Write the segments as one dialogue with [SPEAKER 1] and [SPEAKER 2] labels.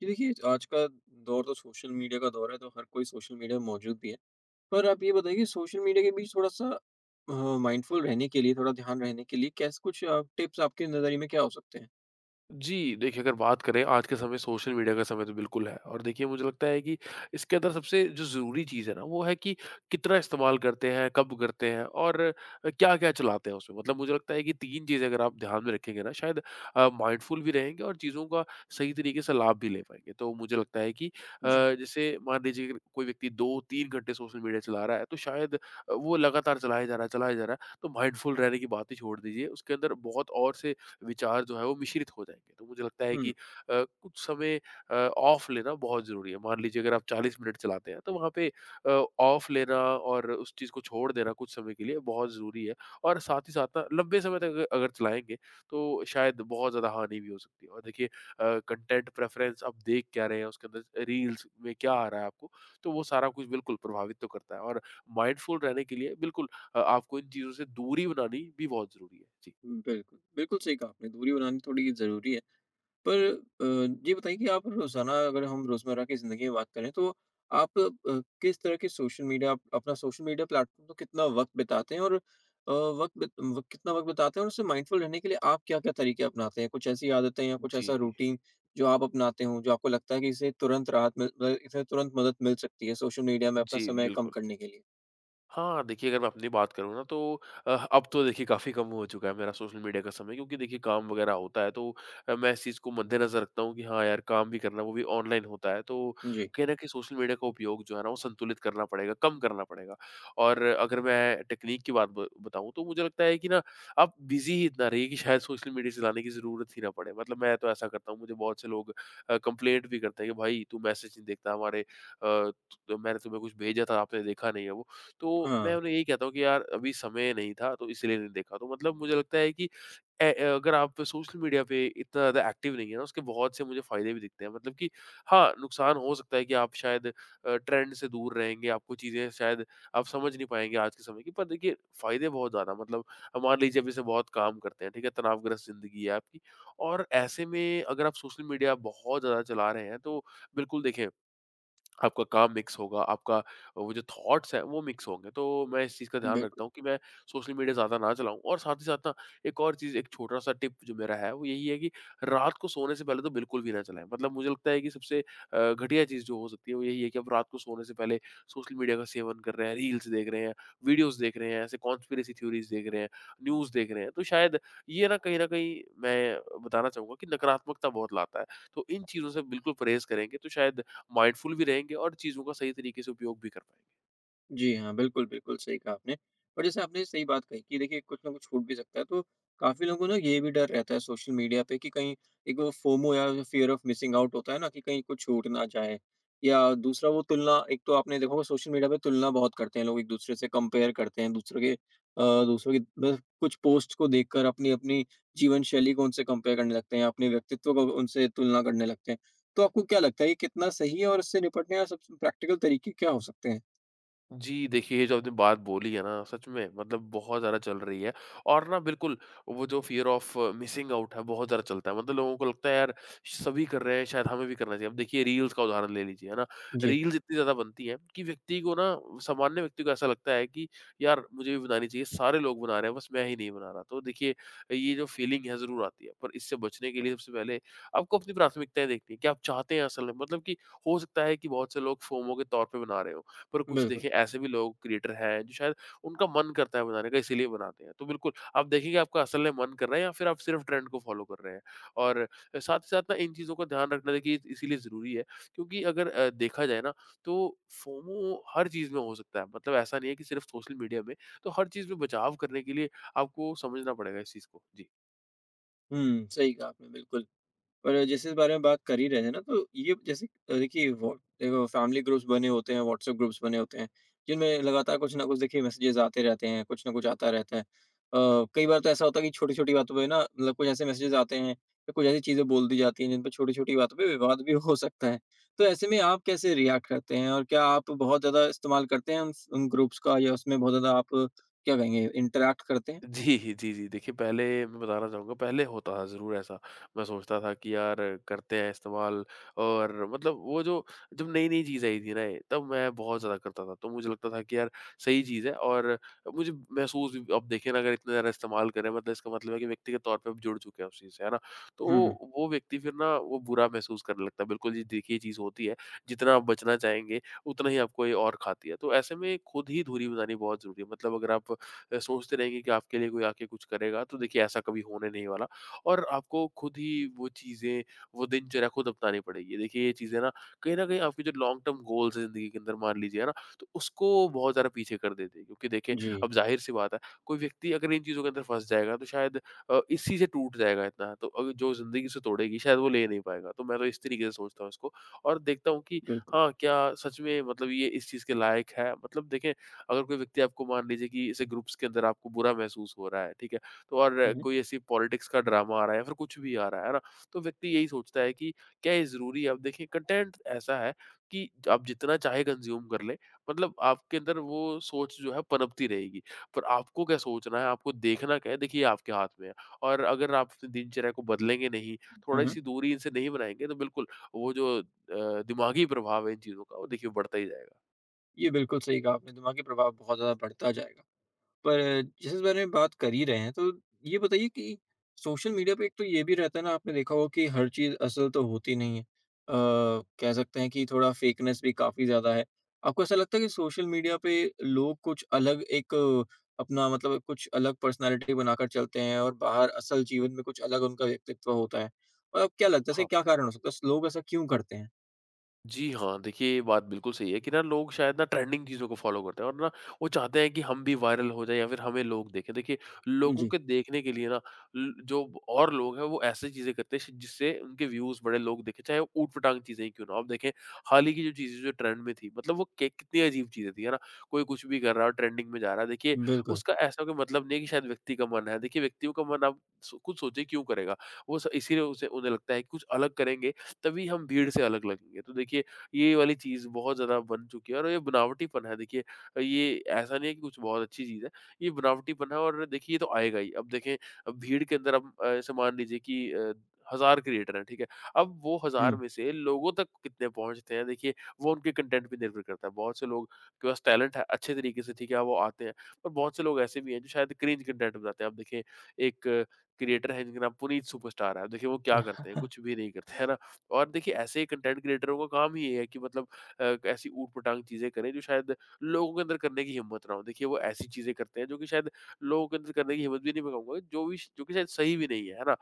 [SPEAKER 1] जी, देखिए आज का दौर तो सोशल मीडिया का दौर है तो हर कोई सोशल मीडिया में मौजूद भी है। पर आप ये बताइए कि सोशल मीडिया के बीच थोड़ा-सा अ, माइंडफुल रहने के लिए, थोड़ा ध्यान रहने के लिए कैसे कुछ टिप्स आपके नज़रिए में क्या हो सकते हैं?
[SPEAKER 2] जी, देखिए अगर बात करें आज के समय सोशल मीडिया का समय तो बिल्कुल है और देखिए मुझे लगता है कि इसके अंदर सबसे जो ज़रूरी चीज़ है ना वो है कि कितना इस्तेमाल करते हैं, कब करते हैं और क्या-क्या चलाते हैं उसमें। मतलब मुझे लगता है कि 3 चीज़ें अगर आप ध्यान में रखेंगे ना शायद माइंडफुल भी रहेंगे और चीज़ों का सही तरीके से लाभ भी ले पाएँगे। तो मुझे लगता है कि
[SPEAKER 1] जी।
[SPEAKER 2] जैसे मान लीजिए अगर कोई व्यक्ति 2-3 घंटे सोशल मीडिया चला रहा है तो शायद वो लगातार चलाया जा रहा है, चलाया जा रहा है, तो माइंडफुल रहने की बात ही छोड़ दीजिए। उसके अंदर बहुत और से विचार जो है वो मिश्रित हो जाएँगे। तो मुझे लगता है कि
[SPEAKER 1] हुँ,
[SPEAKER 2] कुछ समय ऑफ लेना बहुत ज़रूरी है। मान लीजिए अगर आप 40 मिनट चलाते हैं तो वहाँ पे ऑफ लेना और उस चीज़ को छोड़ देना कुछ समय के लिए बहुत ज़रूरी है। और साथ ही साथ ना लंबे समय तक अगर चलाएँगे तो शायद बहुत ज़्यादा हानि भी हो सकती है। और देखिए कंटेंट प्रेफ़रेंस आप देख क्या रहे हैं, उसके अंदर रील्स में क्या आ रहा है आपको, तो वो सारा कुछ बिल्कुल प्रभावित तो करता है। और माइंडफुल रहने के लिए बिल्कुल आपको इन चीज़ों से दूरी बनानी भी बहुत ज़रूरी है। जी।
[SPEAKER 1] बिल्कुल। बिल्कुल सही कहा आपने, दूरी बनानी थोड़ी ज़रूरी है। पर अ, ये बताइए कि आप रोज़ाना अगर हम रोज़मर्रा की ज़िंदगी में बात करें तो आप किस तरह के सोशल मीडिया आप अपना सोशल मीडिया प्लेटफ़ॉर्म पर कितना वक़्त बिताते हैं और वक़्त बित व कितना वक़्त बिताते हैं और उससे माइंडफुल रहने के लिए आप क्या-क्या तरीके अपनाते हैं? कुछ ऐसी आदतें या कुछ
[SPEAKER 2] जी,
[SPEAKER 1] ऐसा
[SPEAKER 2] जी।
[SPEAKER 1] रूटीन जो आप अपनाते हों, जो आपको लगता है कि इससे तुरंत राहत मिल अ, इससे तुरंत मदद मिल सकती है सोशल मीडिया में अपना
[SPEAKER 2] जी,
[SPEAKER 1] समय कम
[SPEAKER 2] बिल्कुल।
[SPEAKER 1] करने के लिए?
[SPEAKER 2] हाँ, देखिए अगर मैं अपनी बात करूँ ना तो अब तो देखिए काफ़ी कम हो चुका है मेरा सोशल मीडिया का समय क्योंकि देखिए काम वग़ैरह होता है तो मैं इस चीज़ को मद्देनज़र रखता हूँ कि हाँ यार काम भी करना है, वो भी ऑनलाइन होता है। तो
[SPEAKER 1] जी।
[SPEAKER 2] कहीं न कहीं सोशल मीडिया का उपयोग जो है ना वो संतुलित करना पड़ेगा, कम करना पड़ेगा। और अगर मैं टेक्नीक की बात ब बताऊँ तो मुझे लगता है कि ना आप बिज़ी ही इतना रहिए कि शायद सोशल मीडिया चलाने की ज़रूरत ही ना पड़े। मतलब मैं तो ऐसा करता हूँ, मुझे बहुत से लोग कंप्लेंट भी करते हैं कि भाई तू मैसेज नहीं देखता हमारे तो मैंने तुम्हें कुछ भेजा था आपने देखा नहीं है वो। तो मैं
[SPEAKER 1] हाँ।
[SPEAKER 2] उन्हें यही कहता हूँ कि यार अभी समय नहीं था तो इसलिए नहीं देखा। तो मतलब मुझे लगता है कि ए ए, अगर आप सोशल मीडिया पे इतना ज़्यादा एक्टिव नहीं है ना उसके बहुत से मुझे फ़ायदे भी दिखते हैं। मतलब कि हाँ, नुकसान हो सकता है कि आप शायद ट्रेंड से दूर रहेंगे, आपको चीज़ें शायद आप समझ नहीं पाएँगे आज के समय की। पर देखिए फ़ायदे बहुत ज़्यादा मतलब अब मान लीजिए आप जैसे बहुत काम करते हैं, ठीक है? तनावग्रस्त ज़िंदगी है आपकी और ऐसे में अगर आप सोशल मीडिया बहुत ज़्यादा चला रहे हैं तो बिल्कुल देखें आपका काम मिक्स होगा, आपका वो जो थॉट्स हैं, वो मिक्स होंगे। तो मैं इस चीज़ का ध्यान
[SPEAKER 1] बि
[SPEAKER 2] रखता हूँ कि मैं सोशल मीडिया ज़्यादा ना चलाऊँ और साथ ही साथ ना एक और चीज़, एक छोटा-सा टिप जो मेरा है, वो यही है कि रात को सोने से पहले तो बिल्कुल भी ना चलाएँ। मतलब मुझे लगता है कि सबसे घटिया चीज़ जो हो सकती है, वो यही है कि आप रात को सोने से पहले सोशल मीडिया का सेवन कर रहे हैं, रील्स देख रहे हैं, वीडियोज़ देख रहे हैं, ऐसे कॉन्स्पिरेसी थ्योरीज़ देख रहे हैं, न्यूज़ देख रहे हैं। तो शायद ये ना कहीं न कहीं मैं बताना चाहूँगा कि नकारात्मकता बहुत लाता है। तो इन चीज़ों से बिल्कुल परहेज़ करेंगे तो शायद माइंडफुल भी रहेंगे और चीज़ों का सही तरीके से उपयोग भी कर पाएँगे।
[SPEAKER 1] जी हाँ, बिल्कुल, बिल्कुल सही कहा आपने। और जैसे आपने सही बात कही कि देखिए कुछ ना कुछ छूट भी सकता है, तो काफ़ी लोगों को ना ये भी डर रहता है सोशल मीडिया पे कि कहीं एक वो फोमो या फ़ियर ऑफ़ मिसिंग आउट होता है ना कि कहीं कुछ छूट ना जाए। या दूसरा वो तुलना एक तो आपने देखा होगा सोशल मीडिया पे तुलना बहुत करते हैं लोग, एक-दूसरे से कंपेयर करते हैं, दूसरों की बस कुछ पोस्ट को देखकर अपनी-अपनी जीवन शैली को उनसे कंपेयर करने लगते हैं, अपने व्यक्तित्व को उनसे तुलना करने लगते हैं। तो आपको क्या लगता है ये कितना सही है और इससे निपटने का सबसे प्रैक्टिकल तरीके क्या हो सकते हैं?
[SPEAKER 2] जी, देखिए ये जो आपने बात बोली है ना, सच में मतलब बहुत ज़्यादा चल रही है और ना बिल्कुल वो जो फ़ियर ऑफ मिसिंग आउट है, बहुत ज़्यादा चलता है। मतलब लोगों को लगता है यार सभी कर रहे हैं, शायद हमें भी करना चाहिए। अब देखिए रील्स का उदाहरण ले लीजिए, है ना?
[SPEAKER 1] जी।
[SPEAKER 2] रील्स इतनी ज़्यादा बनती हैं कि व्यक्ति को ना सामान्य व्यक्ति को ऐसा लगता है कि यार मुझे भी बनानी चाहिए, सारे लोग बना रहे हैं, बस मैं ही नहीं बना रहा। तो देखिए ये जो फ़ीलिंग है ज़रूर आती है, पर इससे बचने के लिए सबसे पहले आपको अपनी प्राथमिकताएँ देखनी है कि आप चाहते हैं असल में मतलब कि हो सकता है कि बहुत से लोग फोमो के तौर पे बना रहे हों। पर कुछ
[SPEAKER 1] बिल्कुल।
[SPEAKER 2] देखिए ऐसे भी लोग क्रिएटर हैं जो शायद उनका मन करता है बनाने का इसीलिए बनाते हैं। तो बिल्कुल आप देखेंगे आपका असल में मन कर रहा है या फिर आप सिर्फ ट्रेंड को फ़ॉलो कर रहे हैं। और साथ ही साथ ना इन चीज़ों का ध्यान रखना देखिए इसीलिए ज़रूरी है क्योंकि अगर देखा जाए ना तो फोमो हर चीज़ में हो सकता है। मतलब ऐसा नहीं है कि सिर्फ सोशल मीडिया में, तो हर चीज़ में बचाव करने के लिए आपको समझना पड़ेगा इस चीज़ को। जी।
[SPEAKER 1] हुँ, सही कहा आपने बिल्कुल। और जैसे इस बारे में बात कर ही रहे थे ना तो ये देखिए वो देखो फैमिली ग्रुप्स बने होते हैं, व्हाट्सएप ग्रुप्स बने होते हैं, जिनमें लगातार कुछ ना कुछ देखिए मैसेजेस आते रहते हैं, कुछ ना कुछ आता रहता है। कई बार तो ऐसा होता है कि छोटी-छोटी बातों पे ना मतलब कुछ ऐसे मैसेजेस आते हैं या कुछ ऐसी चीज़ें बोल दी जाती हैं जिन पे छोटी-छोटी बातों पे विवाद भी हो सकता है। तो ऐसे में आप कैसे रिएक्ट करते हैं और क्या आप बहुत ज़्यादा इस्तेमाल करते हैं उन ग्रुप्स का या उसमें बहुत ज़्यादा आप क्या कहेंगे इंटरैक्ट करते हैं?
[SPEAKER 2] जी, जी, जी। देखिए, पहले मैं बताना चाहूँगा, पहले होता था ज़रूर ऐसा। मैं सोचता था कि यार करते हैं इस्तेमाल और मतलब वो जो जब नई-नई चीज़ आई थी ना ये, तब मैं बहुत ज़्यादा करता था। तो मुझे लगता था कि यार सही चीज़ है और मुझे महसूस भी अब देखिए ना अगर इतना ज़्यादा इस्तेमाल करें मतलब इसका मतलब है कि व्यक्तिगत तौर पे आप जुड़ चुके हैं उस चीज़ से, है ना? तो
[SPEAKER 1] हुँ, हुँ।
[SPEAKER 2] वो व्यक्ति फिर ना वो बुरा महसूस करने लगता है। बिल्कुल जी, देखिए ये चीज़ होती है। जितना आप बचना चाहेंगे, उतना ही आपको ये और खाती है। तो ऐसे में खुद ही दूरी बनानी बहुत ज़रूरी है। मतलब अगर आप सोचते रहेंगे कि आपके लिए कोई आके कुछ करेगा तो देखिए ऐसा कभी होने नहीं वाला और आपको खुद ही वो चीज़ें वो दिनचर्या खुद अपनानी पड़ेगी। देखिए ये चीज़ें ना कहीं न कहीं आपके जो लॉन्ग टर्म गोल्स हैं ज़िंदगी के अंदर मान लीजिए, है ना? तो उसको बहुत ज़्यादा पीछे कर देती है क्योंकि देखिए
[SPEAKER 1] जी,
[SPEAKER 2] अब ज़ाहिर-सी बात है कोई व्यक्ति अगर इन चीज़ों के अंदर फँस जाएगा तो शायद इसी से टूट जाएगा इतना तो जो ज़िंदगी उसे तोड़ेगी शायद वो ले नहीं पाएगा। तो मैं तो इस तरीके से सोचता हूँ इसको और देखता हूँ कि
[SPEAKER 1] बिल्कुल।
[SPEAKER 2] हाँ, क्या सच में मतलब ये इस चीज़ के लायक है? मतलब देखें अगर कोई व्यक्ति आपको मान लीजिए कि ऐसे ग्रुप्स के अंदर आपको बुरा महसूस हो रहा है, ठीक है? तो और
[SPEAKER 1] हुँ, हुँ।
[SPEAKER 2] कोई ऐसी पॉलिटिक्स का ड्रामा आ रहा है या फिर कुछ भी आ रहा है ना? तो व्यक्ति यही सोचता है कि क्या ये ज़रूरी है? अब देखिए कंटेंट ऐसा है कि आप जितना चाहे कंज़्यूम कर लें, मतलब आपके अंदर वो सोच जो है पनपती रहेगी। पर आपको क्या सोचना है, आपको देखना क्या है, देखिए ये आपके हाथ में है। और अगर आप अपनी दिनचर्या को बदलेंगे नहीं,
[SPEAKER 1] हुँ, हुँ।
[SPEAKER 2] थोड़ी-सी दूरी इनसे नहीं बनाएँगे, तो बिल्कुल वो जो दिमागी प्रभाव है इन चीज़ों का, वो देखिए बढ़ता ही जाएगा।
[SPEAKER 1] ये बिल्कुल सही कहा आपने, दिमागी प्रभाव बहुत ज़्यादा बढ़ता जाएगा। पर जैसे इस बारे में बात कर ही रहे हैं, तो ये बताइए कि सोशल मीडिया पे एक तो ये भी रहता है ना, आपने देखा होगा कि हर चीज़ असल तो होती नहीं है। कह सकते हैं कि थोड़ा फेकनेस भी काफ़ी ज़्यादा है। आपको ऐसा लगता है कि सोशल मीडिया पे लोग कुछ अपना मतलब कुछ अलग पर्सनैलिटी बनाकर चलते हैं और बाहर असल जीवन में कुछ अलग उनका व्यक्तित्व होता है? और आपको क्या लगता है इसका क्या
[SPEAKER 2] हाँ।
[SPEAKER 1] कारण हो सकता है? लोग ऐसा क्यों करते हैं?
[SPEAKER 2] जी हाँ, देखिए ये बात बिल्कुल सही है कि ना लोग शायद ना ट्रेंडिंग चीज़ों को फ़ॉलो करते हैं और ना वो चाहते हैं कि हम भी वायरल हो जाएँ या फिर हमें लोग देखें। देखिए लोगों
[SPEAKER 1] जी,
[SPEAKER 2] के देखने के लिए ना और लोग हैं वो ऐसी चीज़ें करते हैं जिससे उनके व्यूज़ बड़े लोग देखें, चाहे वो ऊट-पटांग चीज़ें ही क्यों ना हो। आप देखें हाल ही की जो चीज़ें जो ट्रेंड में थी मतलब वो के कितनी अजीब चीज़ें थी, है ना? कोई कुछ भी कर रहा है और ट्रेंडिंग में जा रहा है। देखिए
[SPEAKER 1] बिल्कुल।
[SPEAKER 2] उसका ऐसा कोई मतलब नहीं है कि शायद व्यक्ति का मन है। देखिए व्यक्तियों का मन आप खुद सोचिए क्यों करेगा? वो स इसीलिए उसे उन्हें लगता है कि कुछ अलग करेंगे तभी हम भीड़ से अलग लगेंगे। तो देखिए, ये वाली चीज़ बहुत ज़्यादा बन चुकी है और ये बनावटीपन है देखिए, ये ऐसा नहीं है कि कुछ बहुत अच्छी चीज़ है, ये बनावटीपन है और देखिए ये तो आएगा ही। अब देखें अब भीड़ के अंदर ऐसे मान लीजिए कि 1000 क्रिएटर हैं, ठीक है? अब वो 1000
[SPEAKER 1] हुँ।
[SPEAKER 2] में से लोगों तक कितने पहुँचते हैं देखिए, वो उनके कंटेंट पे निर्भर करता है। बहुत से लोग के पास टैलेंट है, अच्छे तरीके से ठीक है वो आते हैं, पर बहुत से लोग ऐसे भी हैं जो शायद क्रिंज कंटेंट बनाते हैं। आप देखें एक क्रिएटर है जिनका नाम पुनीत सुपरस्टार है, अब देखिए वो क्या करते हैं? कुछ भी नहीं करते, है ना? और देखिए ऐसे कंटेंट क्रिएटरों का काम ही ये है कि मतलब ऐसी ऊट-पटांग चीज़ें करें जो शायद लोगों के अंदर करने की हिम्मत ना हो। देखिए वो ऐसी चीज़ें करते हैं जो कि शायद लोगों के अंदर करने की हिम्मत भी नहीं मैं कहूँगा जो भी जो कि शायद सही भी नहीं है, है ना?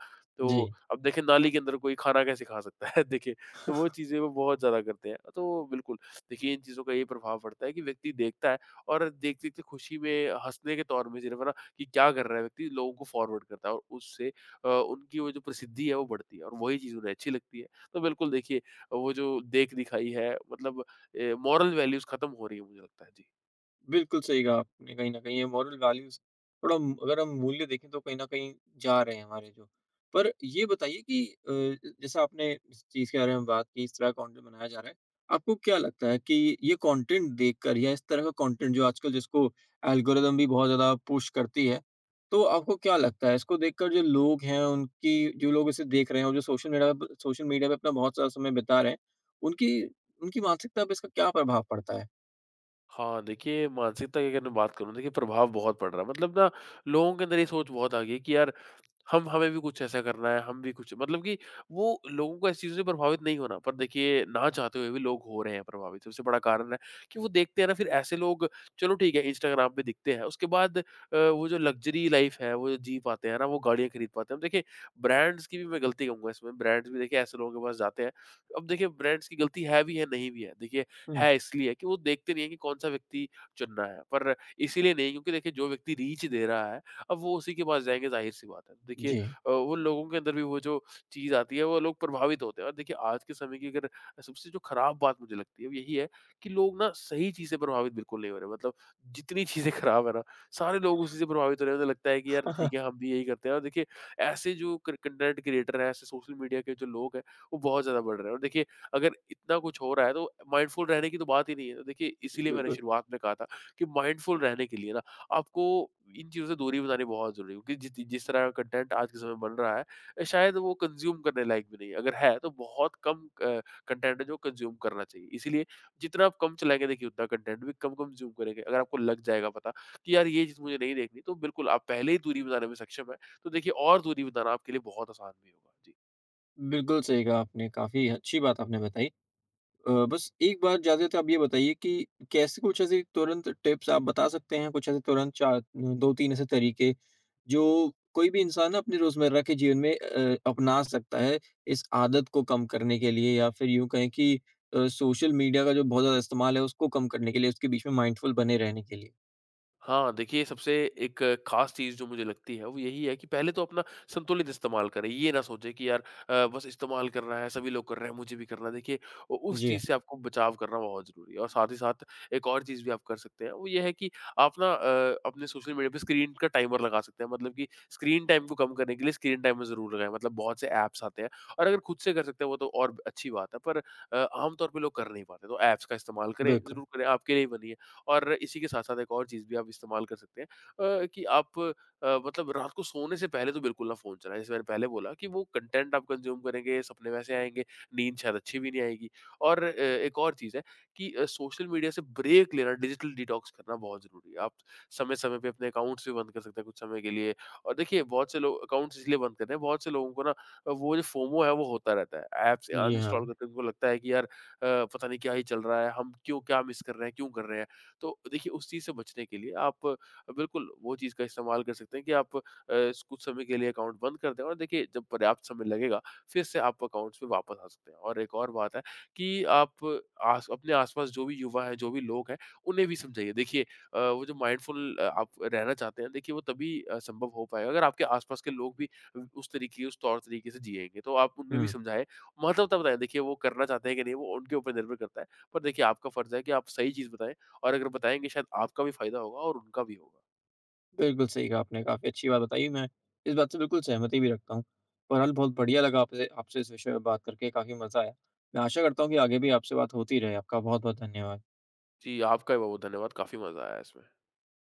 [SPEAKER 1] जी।
[SPEAKER 2] तो अब देखिए, नाली के अंदर कोई खाना कैसे खा सकता है? देखिए, तो वो चीज़ें वो बहुत ज़्यादा करते हैं। तो बिल्कुल, देखिए इन चीज़ों का ये प्रभाव पड़ता है कि व्यक्ति देखता है, और देखते-देखते खुशी में हँसने के तौर में सिर्फ, है ना, कि क्या कर रहा है व्यक्ति, लोगों को फॉरवर्ड करता है, और उससे उनकी वो जो प्रसिद्धि है वो बढ़ती है, और वही चीज़ उन्हें अच्छी लगती है। तो बिल्कुल देखिए, वो जो देख-दिखाई है, मतलब मॉरल वैल्यूज़ खत्म हो रही है मुझे लगता है। जी।
[SPEAKER 1] बिल्कुल सही कहा आपने कहीं न कहीं ये मॉरल वैल्यूज़ थोड़ा म अगर हम मूल्य देखें तो कहीं न कहीं जा रहे हैं हमारे जो। पर ये बताइए कि ज जैसा आपने इस चीज़ के बारे में बात की, इस तरह कंटेंट बनाया जा रहा है। आपको क्या लगता है कि ये कंटेंट देखकर या इस तरह का कंटेंट जो आजकल जिसको एल्गोरिदम भी बहुत ज़्यादा पुश करती है, तो आपको क्या लगता है इसको देखकर जो लोग हैं उनकी जो लोग इसे देख रहे हैं और जो सोशल मीडिया पे अपना बहुत सारा समय बिता रहे हैं, उनकी उनकी मानसिकता पे इसका क्या प्रभाव पड़ता है?
[SPEAKER 2] हाँ, देखिए मानसिकता की अगर मैं बात करूँ, देखिए प्रभाव बहुत पड़ रहा है। मतलब ना, लोगों के अंदर ये सोच बहुत आ गई है कि यार हम हमें भी कुछ ऐसा करना है, हम भी कुछ, मतलब कि वो लोगों को ऐसी चीज़ों से प्रभावित नहीं होना। पर देखिए, ना चाहते हुए भी लोग हो रहे हैं प्रभावित। सबसे बड़ा कारण है कि वो देखते हैं ना, फिर ऐसे लोग चलो ठीक है इंस्टाग्राम पे दिखते हैं। उसके बाद वो जो लग्ज़री लाइफ़ है वो जो जी पाते हैं ना, वो गाड़ियाँ खरीद पाते हैं। अब देखिए, ब्रांड्स की भी मैं गलती कहूँगा इसमें, ब्रांड्स भी देखिए ऐसे लोगों के पास जाते हैं। अब देखिए, ब्रांड्स की गलती है भी है, नहीं भी है। देखिए,
[SPEAKER 1] हुँ,
[SPEAKER 2] है इसलिए कि वो देखते नहीं है कि कौन-सा व्यक्ति चुनना है। पर इसीलिए नहीं क्योंकि देखिए जो व्यक्ति रीच दे रहा है, अब वो उसी के पास जाएँगे, ज़ाहिर-सी बात है। देखिए
[SPEAKER 1] जी।
[SPEAKER 2] उन लोगों के अंदर भी वो जो चीज़ आती है वो लोग प्रभावित होते हैं। और देखिए, आज के समय की अगर सबसे जो खराब बात मुझे लगती है वो यही है कि लोग ना सही चीज़ से प्रभावित बिल्कुल नहीं हो रहे। मतलब जितनी चीज़ें खराब है ना, सारे लोग उसी से प्रभावित हो रहे हैं। उन्हें लगता है कि यार ठीक है, हम भी यही करते हैं, और देखिए ऐसे जो क कंटेंट क्रिएटर हैं, ऐसे सोशल मीडिया के जो लोग हैं वो बहुत ज़्यादा बढ़ रहे हैं। और देखिए, अगर इतना कुछ हो रहा है तो माइंडफुल रहने की तो बात ही नहीं है। तो देखिए, इसीलिए मैंने
[SPEAKER 1] बिल्कुल,
[SPEAKER 2] शुरुआत में कहा था कि माइंडफुल रहने के लिए ना, आपको इन चीज़ों से दूरी बनानी बहुत ज़रूरी है, क्योंकि जित जिस तरह का कंटेंट आज के समय में बन रहा है, शायद वो कंज़्यूम करने लायक भी नहीं है। अगर है तो बहुत कम कंटेंट है जो कंज़्यूम करना चाहिए। इसीलिए जितना आप कम चलाएँगे, देखिए उतना कंटेंट भी कम कंज़्यूम करेंगे। अगर आपको लग जाएगा पता कि यार ये चीज़ मुझे नहीं देखनी, तो बिल्कुल आप पहले ही दूरी बनाने में सक्षम हैं, तो देखिए और दूरी बनाना आपके लिए बहुत आसान भी होगा। जी।
[SPEAKER 1] बिल्कुल सही कहा आपने, काफ़ी अच्छी बात आपने बताई। बस एक बात ज़्यादा तो आप ये बताइए कि कैसे कुछ ऐसी तुरंत टिप्स आप बता सकते हैं, कुछ ऐसे तुरंत 4 2-3 ऐसे तरीके, जो कोई भी इंसान अपने रोज़मर्रा के जीवन में अपना सकता है, इस आदत को कम करने के लिए या फिर यूँ कहें कि सोशल मीडिया का जो बहुत ज़्यादा इस्तेमाल है, उसको कम करने के लिए, उसके बीच में माइंडफुल बने रहने के लिए?
[SPEAKER 2] हाँ, देखिए सबसे एक ख़ास चीज़ जो मुझे लगती है वो यही है कि पहले तो अपना संतुलित इस्तेमाल करें। ये ना सोचें कि यार बस इस्तेमाल कर रहा है, सभी लोग कर रहे हैं, मुझे भी करना है। देखिए उ उस
[SPEAKER 1] जी, हाँ,
[SPEAKER 2] चीज़ से आपको बचाव करना बहुत ज़रूरी है, और साथ ही साथ एक और चीज़ भी आप कर सकते हैं, वो ये है कि आप ना, अपने सोशल मीडिया पे स्क्रीन का टाइमर लगा सकते हैं। मतलब कि स्क्रीन टाइम को कम करने के लिए स्क्रीन टाइमर ज़रूर लगाएँ। मतलब बहुत से ऐप्स आते हैं, और अगर खुद से कर सकते हैं वो तो और अच्छी बात है, पर अ, आम तौर पे लोग कर नहीं पाते। तो ऐप्स का इस्तेमाल करें,
[SPEAKER 1] बिल्कुल।
[SPEAKER 2] ज़रूर करें, आपके लिए ही बनी है। और इसी के साथ-साथ एक और चीज़ भी आप इस्तेमाल कर सकते हैं, कि आप, मतलब रात को सोने से पहले तो बिल्कुल ना फ़ोन चलाएँ। जैसे मैंने पहले बोला कि वो कंटेंट आप कंज़्यूम करेंगे, सपने वैसे आएँगे, नींद शायद अच्छी भी नहीं आएगी। और एक और चीज़ है कि सोशल मीडिया से ब्रेक लेना, डिजिटल डिटॉक्स करना बहुत ज़रूरी है। आप समय-समय पे अपने अकाउंट्स भी बंद कर सकते हैं कुछ समय के लिए। और देखिए बहुत से लोग अकाउंट्स इसलिए बंद कर रहे हैं, बहुत से लोगों को ना वो जो फोमो है वो होता रहता है। ऐप्स
[SPEAKER 1] जी
[SPEAKER 2] अनइंस्टॉल
[SPEAKER 1] हाँ।
[SPEAKER 2] करके उनको लगता है कि यार पता नहीं क्या ही चल रहा है, हम क्यों क्या मिस कर रहे हैं, क्यों कर रहे हैं? तो देखिए उस चीज़ से बचने के लिए आप बिल्कुल वो चीज़ का इस्तेमाल कर सकते हैं कि आप कुछ समय के लिए अकाउंट बंद कर दें, और देखिए जब पर्याप्त समय लगेगा फिर से आप अकाउंट्स में वापस आ सकते हैं। और एक और बात है कि आप आस अपने आसपास जो भी युवा हैं, जो भी लोग हैं, उन्हें भी समझाइए। देखिए वो जो माइंडफुल आप रहना चाहते हैं, देखिए वो तभी संभव हो पाएगा, अगर आपके आसपास के लोग भी उस तौर तरीके से जिएँगे। तो आप उनमें भी
[SPEAKER 1] हुँ।
[SPEAKER 2] समझाएँ, महत्वता बताएँ, देखिए वो करना चाहते हैं कि नहीं, वो उनके ऊपर निर्भर करता है। पर देखिए आपका फ़र्ज़ है कि आप सही चीज़ बताएँ। और अगर बताएँगे, शायद आपका भी फ़ायदा होगा और उनका भी होगा।
[SPEAKER 1] बिल्कुल सही कहा आपने, काफ़ी अच्छी बात बताई, मैं इस बात से बिल्कुल सहमति भी रखता हूँ। बहरहाल बहुत बढ़िया लगा आपसे आपसे इस विषय में बात करके, काफ़ी मज़ा आया। मैं आशा करता हूँ कि आगे भी आपसे बात होती रहे। आपका बहुत-बहुत धन्यवाद।
[SPEAKER 2] जी, आपका भी बहुत-बहुत धन्यवाद। काफ़ी मज़ा आया इसमें।